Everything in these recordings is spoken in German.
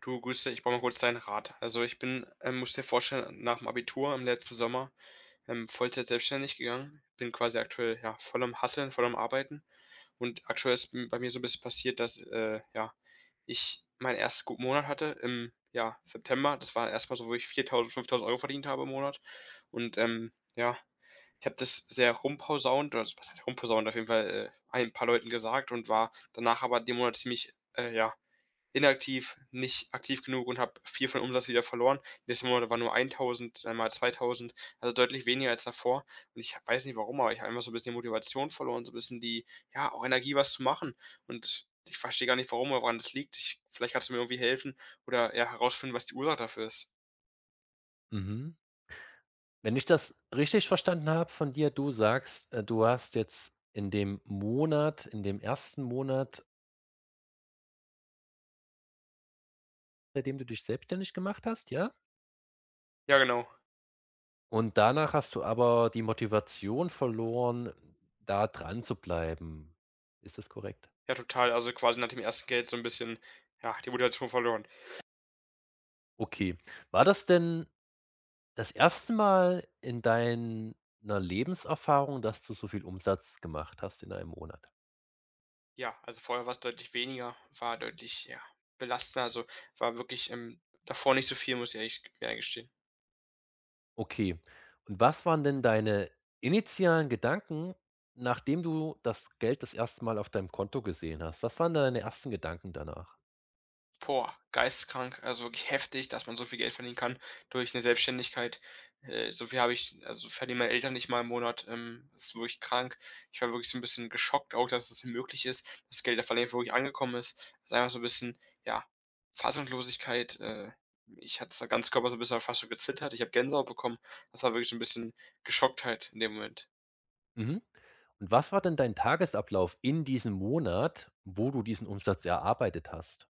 Du, grüß ich brauche mal kurz deinen Rat. Also ich bin, musst dir vorstellen, nach dem Abitur im letzten Sommer Vollzeit selbstständig gegangen. Bin quasi aktuell ja voll am Hasseln, voll am Arbeiten. Und aktuell ist bei mir so ein bisschen passiert, dass ja ich meinen ersten guten Monat hatte im ja, September. Das war erstmal so, wo ich 4.000, 5.000 € verdient habe im Monat. Und ja, ich habe das sehr rumpausaunt, oder was heißt rumpausaunt, auf jeden Fall ein paar Leuten gesagt und war danach aber den Monat ziemlich ja inaktiv, nicht aktiv genug und habe viel von Umsatz wieder verloren. Letzten Monat war nur 1.000, dann mal 2.000, also deutlich weniger als davor. Und ich weiß nicht warum, aber ich habe einfach so ein bisschen die Motivation verloren, so ein bisschen die, ja, auch Energie, was zu machen. Und ich verstehe gar nicht warum oder woran das liegt. Ich Vielleicht kannst du mir irgendwie helfen oder, ja, herausfinden, was die Ursache dafür ist. Mhm. Wenn ich das richtig verstanden habe von dir, du sagst, du hast jetzt in dem Monat in dem ersten Monat, bei dem du dich selbstständig gemacht hast, ja? Ja, genau. Und danach hast du aber die Motivation verloren, da dran zu bleiben. Ist das korrekt? Ja, total. Also, quasi nach dem ersten Geld so ein bisschen, ja, die Motivation verloren. Okay. War das denn das erste Mal in deiner Lebenserfahrung, dass du so viel Umsatz gemacht hast in einem Monat? Ja, also vorher war es deutlich weniger, war deutlich, ja, belastender, also, war wirklich, davor nicht so viel, muss ich ehrlich mir eingestehen. Okay. Und was waren denn deine initialen Gedanken, nachdem du das Geld das erste Mal auf deinem Konto gesehen hast? Was waren deine ersten Gedanken danach? Boah, geisteskrank, also wirklich heftig, dass man so viel Geld verdienen kann durch eine Selbstständigkeit. So viel habe ich also, so verdienen meine Eltern nicht mal im Monat, das ist wirklich krank. Ich war wirklich so ein bisschen geschockt auch, dass es möglich ist, dass Geld auf einmal wirklich angekommen ist. Das ist einfach so ein bisschen, ja, Fassungslosigkeit, mich hat's der ganze Körper so ein bisschen fast schon gezittert. Ich habe Gänsehaut bekommen. Das war wirklich so ein bisschen Geschocktheit in dem Moment. Mhm. Und was war denn dein Tagesablauf in diesem Monat, wo du diesen Umsatz erarbeitet hast?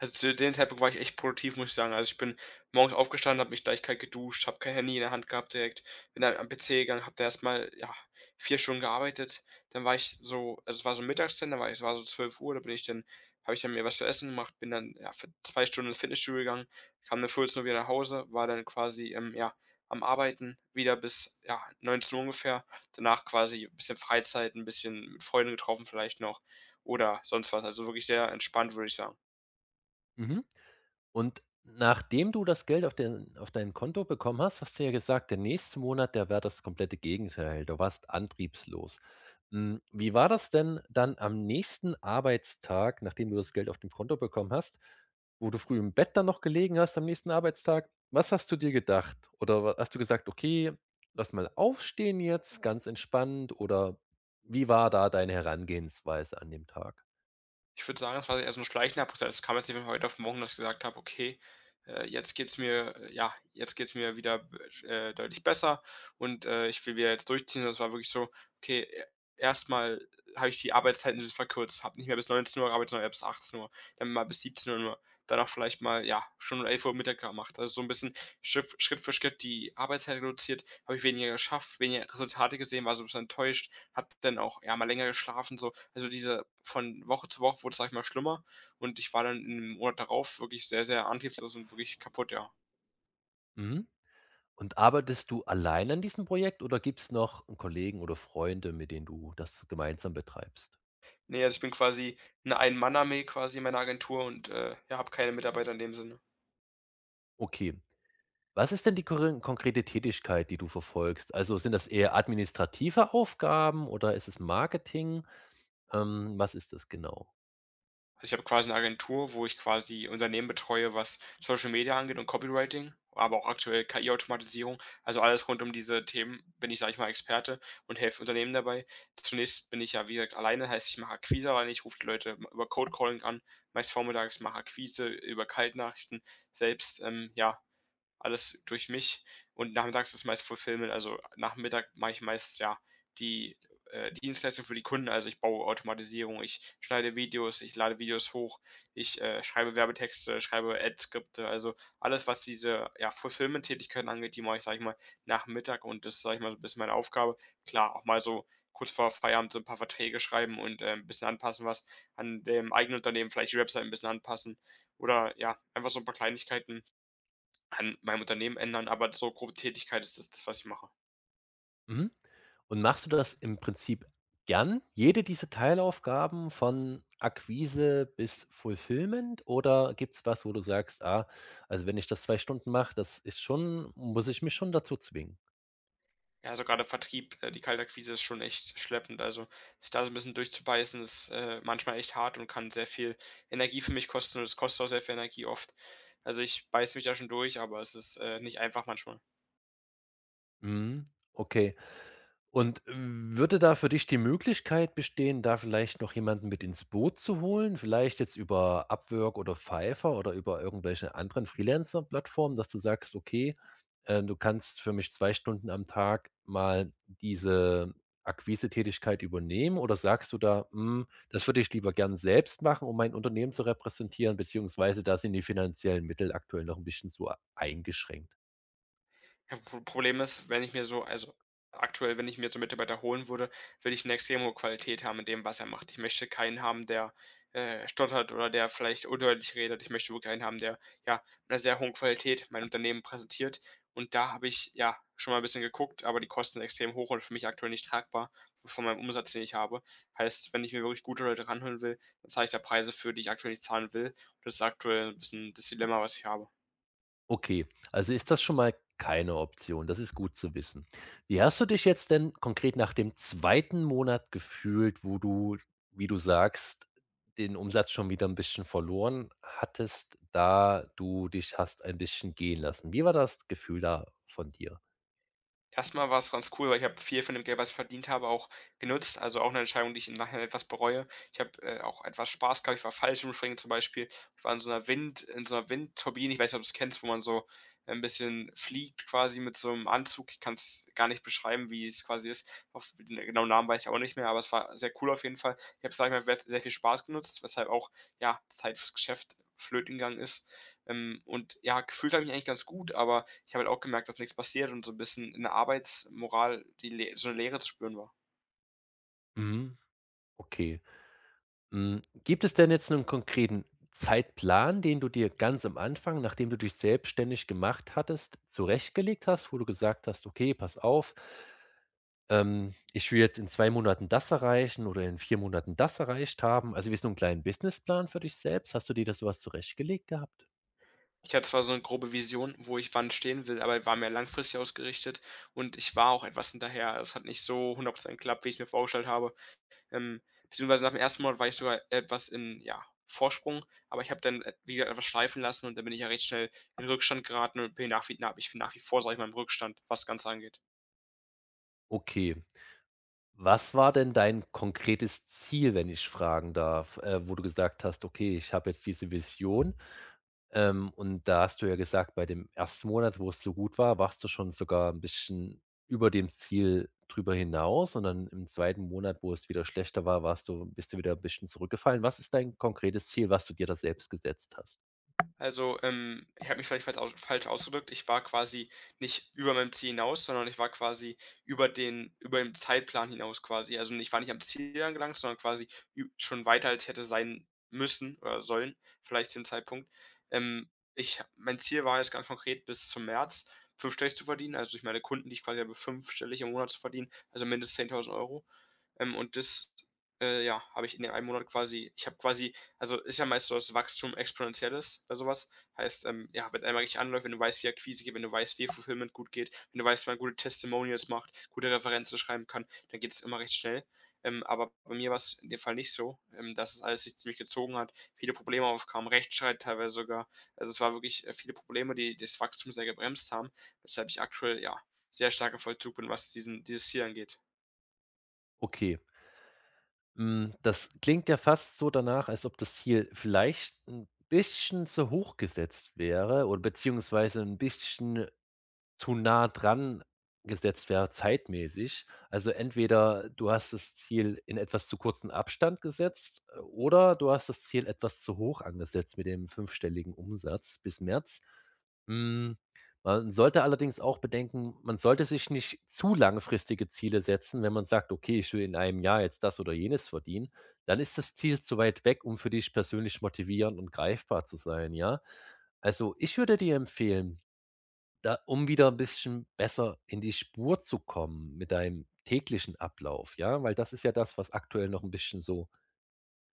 Also, zu dem Zeitpunkt war ich echt produktiv, muss ich sagen. Also, ich bin morgens aufgestanden, habe mich gleich kalt geduscht, habe kein Handy in der Hand gehabt direkt, bin dann am PC gegangen, habe da erst ja, 4 Stunden gearbeitet. Dann war ich so also, es war so mittags dann, da war es war so 12 Uhr. Da bin ich dann habe ich dann mir was zu essen gemacht, bin dann, ja, für 2 Stunden ins Fitnessstudio gegangen, kam dann 14 Uhr wieder nach Hause, war dann quasi, ja, am Arbeiten wieder bis, ja, 19 Uhr ungefähr. Danach quasi ein bisschen Freizeit, ein bisschen mit Freunden getroffen vielleicht noch oder sonst was. Also, wirklich sehr entspannt, würde ich sagen. Mhm. Und nachdem du das Geld auf den auf dein Konto bekommen hast, hast du ja gesagt, der nächste Monat, der wäre das komplette Gegenteil. Du warst antriebslos. Hm, wie war das denn dann am nächsten Arbeitstag, nachdem du das Geld auf dem Konto bekommen hast, wo du früh im Bett dann noch gelegen hast am nächsten Arbeitstag? Was hast du dir gedacht? Oder wa hast du gesagt: „Okay, lass mal aufstehen jetzt, ganz entspannt“, oder wie war da deine Herangehensweise an dem Tag? Ich würde sagen, es war eher so 'n schleichender Prozess. Es kam jetzt nicht von heute auf morgen, dass ich gesagt habe: „Okay, jetzt geht's mir wieder b deutlich besser und, ich will wieder jetzt durchziehen.“ Das war wirklich so: „Okay, e erst habe ich die Arbeitszeiten ein bisschen verkürzt, habe nicht mehr bis 19 Uhr gearbeitet, sondern eher bis 18 Uhr, dann mal bis 17:00 nur, danach vielleicht mal, ja, schon um 11 Uhr Mittag gemacht.“ Also, so ein bisschen Schritt für Schritt die Arbeitszeit reduziert, habe ich weniger geschafft, weniger Resultate gesehen, war so ein bisschen enttäuscht, habe dann auch, ja, mal länger geschlafen so. Also, diese von Woche zu Woche wurde es, sage ich mal, schlimmer und ich war dann im Monat darauf wirklich sehr, sehr antriebslos und wirklich kaputt, ja. Mhm. Und arbeitest du allein an diesem Projekt oder gibt es noch 'n Kollegen oder Freunde, mit denen du das gemeinsam betreibst? Ne, also, ich bin quasi 'ne Ein-Mann-Armee quasi in meiner Agentur und, ja, habe keine Mitarbeiter in dem Sinne. Okay. Was ist denn die korre konkrete Tätigkeit, die du verfolgst? Also, sind das eher administrative Aufgaben oder ist es Marketing? Was ist das genau? Also ich habe quasi 'ne Agentur, wo ich quasi Unternehmen betreue, was Social Media angeht und Copywriting, aber auch aktuell KI-Automatisierung. Also, alles rund um diese Themen bin ich, sage ich mal, Experte und helfe Unternehmen dabei. Zunächst bin ich ja, wie gesagt, alleine, heißt, ich mache Akquise alleine, ich rufe die Leute m über Cold Calling an, meist vormittags, mache Akquise über Kaltnachrichten selbst, ja alles durch mich und nachmittags ist meist Fulfillment. Also, Nachmittag mache ich meist, ja, die, Dienstleistung für die Kunden. Also, ich baue Automatisierung, ich schneide Videos, ich lade Videos hoch, ich schreibe Werbetexte, schreibe Ad-Skripte. Also, alles, was diese, ja, Fulfillment-Tätigkeiten angeht, die mache ich, sage ich mal, nach Mittag und das ist, sage ich mal, so ein bisschen meine Aufgabe. Klar, auch mal so kurz vor Feierabend so ein paar Verträge schreiben und, ein bisschen anpassen, was an dem eigenen Unternehmen vielleicht die Website ein bisschen anpassen oder ja, einfach so ein paar Kleinigkeiten an meinem Unternehmen ändern, aber so grobe Tätigkeit ist das, was ich mache. Mhm. Und machst du das im Prinzip gern, jede dieser Teilaufgaben von Akquise bis Fulfillment oder gibt's was, wo du sagst: „Ah, also wenn ich das 2 Stunden mache, das ist schon muss ich mich schon dazu zwingen?“ Ja, also gerade Vertrieb, die Kaltakquise ist schon echt schleppend. Also, sich da so 'n bisschen durchzubeißen, ist, manchmal echt hart und kann sehr viel Energie für mich kosten und es kostet auch sehr viel Energie oft. Also, ich beiße mich da schon durch, aber es ist, nicht einfach manchmal. Mhm, okay. Und würde da für dich die Möglichkeit bestehen, da vielleicht noch jemanden mit ins Boot zu holen? Vielleicht jetzt über Upwork oder Fiverr oder über irgendwelche anderen Freelancer-Plattformen, dass du sagst: „Okay, du kannst für mich 2 Stunden am Tag mal diese Akquise-Tätigkeit übernehmen.“ Oder sagst du da: „Hm, das würde ich lieber gern selbst machen, um mein Unternehmen zu repräsentieren“, beziehungsweise da sind die finanziellen Mittel aktuell noch ein bisschen so eingeschränkt? Ja, Problem ist, wenn ich mir so also, aktuell, wenn ich mir so Mitarbeiter holen würde, will ich eine extrem hohe Qualität haben in dem, was er macht. Ich möchte keinen haben, der, stottert oder der vielleicht undeutlich redet. Ich möchte wirklich einen haben, der, ja, mit einer sehr hohen Qualität mein Unternehmen präsentiert. Und da habe ich, ja, schon mal ein bisschen geguckt, aber die Kosten sind extrem hoch und für mich aktuell nicht tragbar von meinem Umsatz, den ich habe. Heißt, wenn ich mir wirklich gute Leute ranholen will, dann zahle ich da Preise für, die ich aktuell nicht zahlen will. Und das ist aktuell ein bisschen das Dilemma, was ich habe. Okay, also ist das schon mal keine Option. Das ist gut zu wissen. Wie hast du dich jetzt denn konkret nach dem zweiten Monat gefühlt, wo du, wie du sagst, den Umsatz schon wieder ein bisschen verloren hattest, da du dich hast ein bisschen gehen lassen? Wie war das Gefühl da von dir? Erstmal war es ganz cool, weil ich habe viel von dem Geld, was ich verdient habe, auch genutzt. Also, auch eine Entscheidung, die ich im Nachhinein etwas bereue. Ich habe, auch etwas Spaß gehabt. Ich war Fallschirmspringen zum Beispiel. Ich war in so einer Wind in so einer Windturbine. Ich weiß nicht, ob du es kennst, wo man so ein bisschen fliegt quasi mit so einem Anzug. Ich kann es gar nicht beschreiben, wie es quasi ist. Auf den genauen Namen weiß ich auch nicht mehr, aber es war sehr cool auf jeden Fall. Ich habe, sage ich mal, sehr viel Spaß genutzt, weshalb auch, ja, Zeit fürs Geschäft flöten gegangen ist. Und ja, gefühlt habe ich mich eigentlich ganz gut, aber ich habe halt auch gemerkt, dass nichts passiert und so ein bisschen in der Arbeitsmoral die Le so eine Leere zu spüren war. Mhm, okay. Hm, gibt es denn jetzt einen konkreten Zeitplan, den du dir ganz am Anfang, nachdem du dich selbstständig gemacht hattest, zurechtgelegt hast, wo du gesagt hast: „Okay, pass auf, ähm, ich will jetzt in 2 Monaten das erreichen oder in 4 Monaten das erreicht haben. Also, wie so einen kleinen Businessplan für dich selbst. Hast du dir das sowas zurechtgelegt gehabt? Ich hatte zwar so eine grobe Vision, wo ich wann stehen will, aber war mehr langfristig ausgerichtet und ich war auch etwas hinterher. Es hat nicht so 100 geklappt, wie ich's mir vorgestellt habe. Beziehungsweise nach dem ersten Monat war ich sogar etwas in, ja, Vorsprung, aber ich habe dann, wie gesagt, etwas schleifen lassen und dann bin ich ja recht schnell in Rückstand geraten und bin nach wie na ich bin nach wie vor, sage ich mal, im Rückstand, was das Ganze angeht. Okay. Was war denn dein konkretes Ziel, wenn ich fragen darf, wo du gesagt hast: „Okay, ich habe jetzt diese Vision, ähm, und da hast du ja gesagt, bei dem ersten Monat, wo es so gut war, warst du schon sogar ein bisschen über dem Ziel drüber hinaus und dann im zweiten Monat, wo es wieder schlechter war, warst du wieder ein bisschen zurückgefallen. Was ist dein konkretes Ziel, was du dir da selbst gesetzt hast? Also, ich habe mich vielleicht falsch ausgedrückt. Ich war quasi nicht über meinem Ziel hinaus, sondern ich war quasi über den Zeitplan hinaus quasi. Also, ich war nicht am Ziel angelangt, sondern quasi ü schon weiter, als ich hätte sein müssen oder sollen, vielleicht zu dem Zeitpunkt. Ich ha Mein Ziel war jetzt ganz konkret bis zum März fünfstellig zu verdienen, also durch meine Kunden, die ich quasi habe, fünfstellig im Monat zu verdienen, also mindestens 10.000 Euro. Und das, ja, habe ich in dem einen Monat quasi ich habe quasi Also ist ja meist so, dass Wachstum exponentiell ist bei sowas. Heißt, ja, wenn einmal richtig anläuft, wenn du weißt, wie Akquise geht, wenn du weißt, wie Fulfillment gut geht, wenn du weißt, wie man gute Testimonials macht, gute Referenzen schreiben kann, dann geht es immer recht schnell. Aber bei mir war's in dem Fall nicht so, dass es alles sich ziemlich gezogen hat, viele Probleme aufkamen, Rechtsstreit teilweise sogar. Also es war wirklich, viele Probleme, die das Wachstum sehr gebremst haben, weshalb ich aktuell, ja, sehr stark im Vollzug bin, was diesen dieses Ziel angeht. Okay, hm, das klingt ja fast so danach, als ob das Ziel vielleicht ein bisschen zu hoch gesetzt wäre oder beziehungsweise ein bisschen zu nah dran gesetzt wäre zeitmäßig. Also entweder du hast das Ziel in etwas zu kurzen Abstand gesetzt, oder du hast das Ziel etwas zu hoch angesetzt mit dem fünfstelligen Umsatz bis März. Hm, man sollte allerdings auch bedenken, man sollte sich nicht zu langfristige Ziele setzen, wenn man sagt: „Okay, ich will in einem Jahr jetzt das oder jenes verdienen“, dann ist das Ziel zu weit weg, um für dich persönlich motivierend und greifbar zu sein, ja? Also, ich würde dir empfehlen, da um wieder ein bisschen besser in die Spur zu kommen mit deinem täglichen Ablauf, ja? Weil das ist ja das, was aktuell noch ein bisschen so,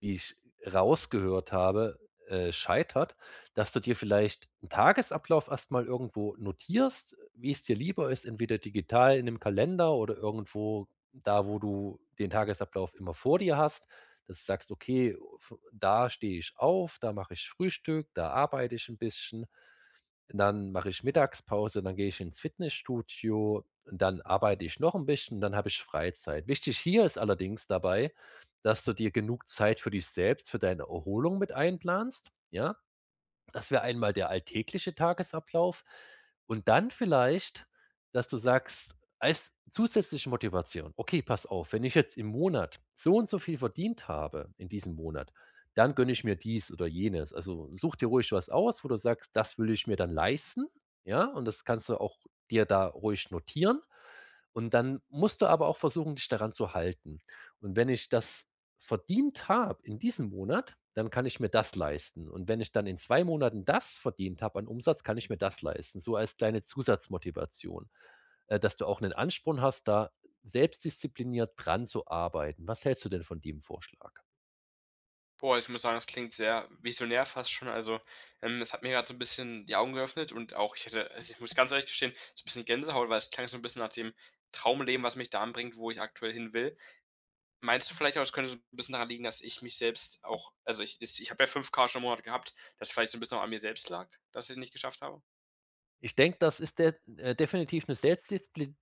wie ich rausgehört habe, scheitert, dass du dir vielleicht einen Tagesablauf erstmal irgendwo notierst, wie es dir lieber ist, entweder digital in einem Kalender oder irgendwo da, wo du den Tagesablauf immer vor dir hast, dass du sagst: „Okay, v da stehe ich auf, da mache ich Frühstück, da arbeite ich ein bisschen.“ Dann mache ich Mittagspause, dann gehe ich ins Fitnessstudio, dann arbeite ich noch ein bisschen, dann habe ich Freizeit. Wichtig hier ist allerdings dabei, dass du dir genug Zeit für dich selbst, für deine Erholung mit einplanst, ja? Das wäre einmal der alltägliche Tagesablauf und dann vielleicht, dass du sagst, als zusätzliche Motivation: „Okay, pass auf, wenn ich jetzt im Monat so und so viel verdient habe in diesem Monat, dann gönne ich mir dies oder jenes.“ Also, such dir ruhig was aus, wo du sagst: „Das will ich mir dann leisten“, ja? Und das kannst du auch dir da ruhig notieren. Und dann musst du aber auch versuchen, dich daran zu halten. Und wenn ich das verdient habe in diesem Monat, dann kann ich mir das leisten. Und wenn ich dann in 2 Monaten das verdient habe an Umsatz, kann ich mir das leisten. So als kleine Zusatzmotivation, dass du auch einen Ansporn hast, da selbstdiszipliniert dran zu arbeiten. Was hältst du denn von dem Vorschlag? Boah, ich muss sagen, das klingt sehr visionär fast schon. Also, das hat mir gerade so ein bisschen die Augen geöffnet und auch ich hätte, also, ich muss ganz ehrlich gestehen, so ein bisschen Gänsehaut, weil es klang so ein bisschen nach dem Traumleben, was mich da anbringt, wo ich aktuell hin will. Meinst du vielleicht auch, es könnte so ein bisschen daran liegen, dass ich mich selbst auch also, ich habe ja 5.000 schon im Monat gehabt, dass vielleicht so ein bisschen auch an mir selbst lag, dass ich es nicht geschafft habe? Ich denke, das ist de definitiv eine Selbstdispli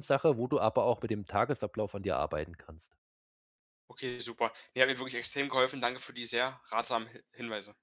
sache, wo du aber auch mit dem Tagesablauf an dir arbeiten kannst. Okay, super. Ne, hat mir wirklich extrem geholfen. Danke für die sehr ratsamen Hi Hinweise.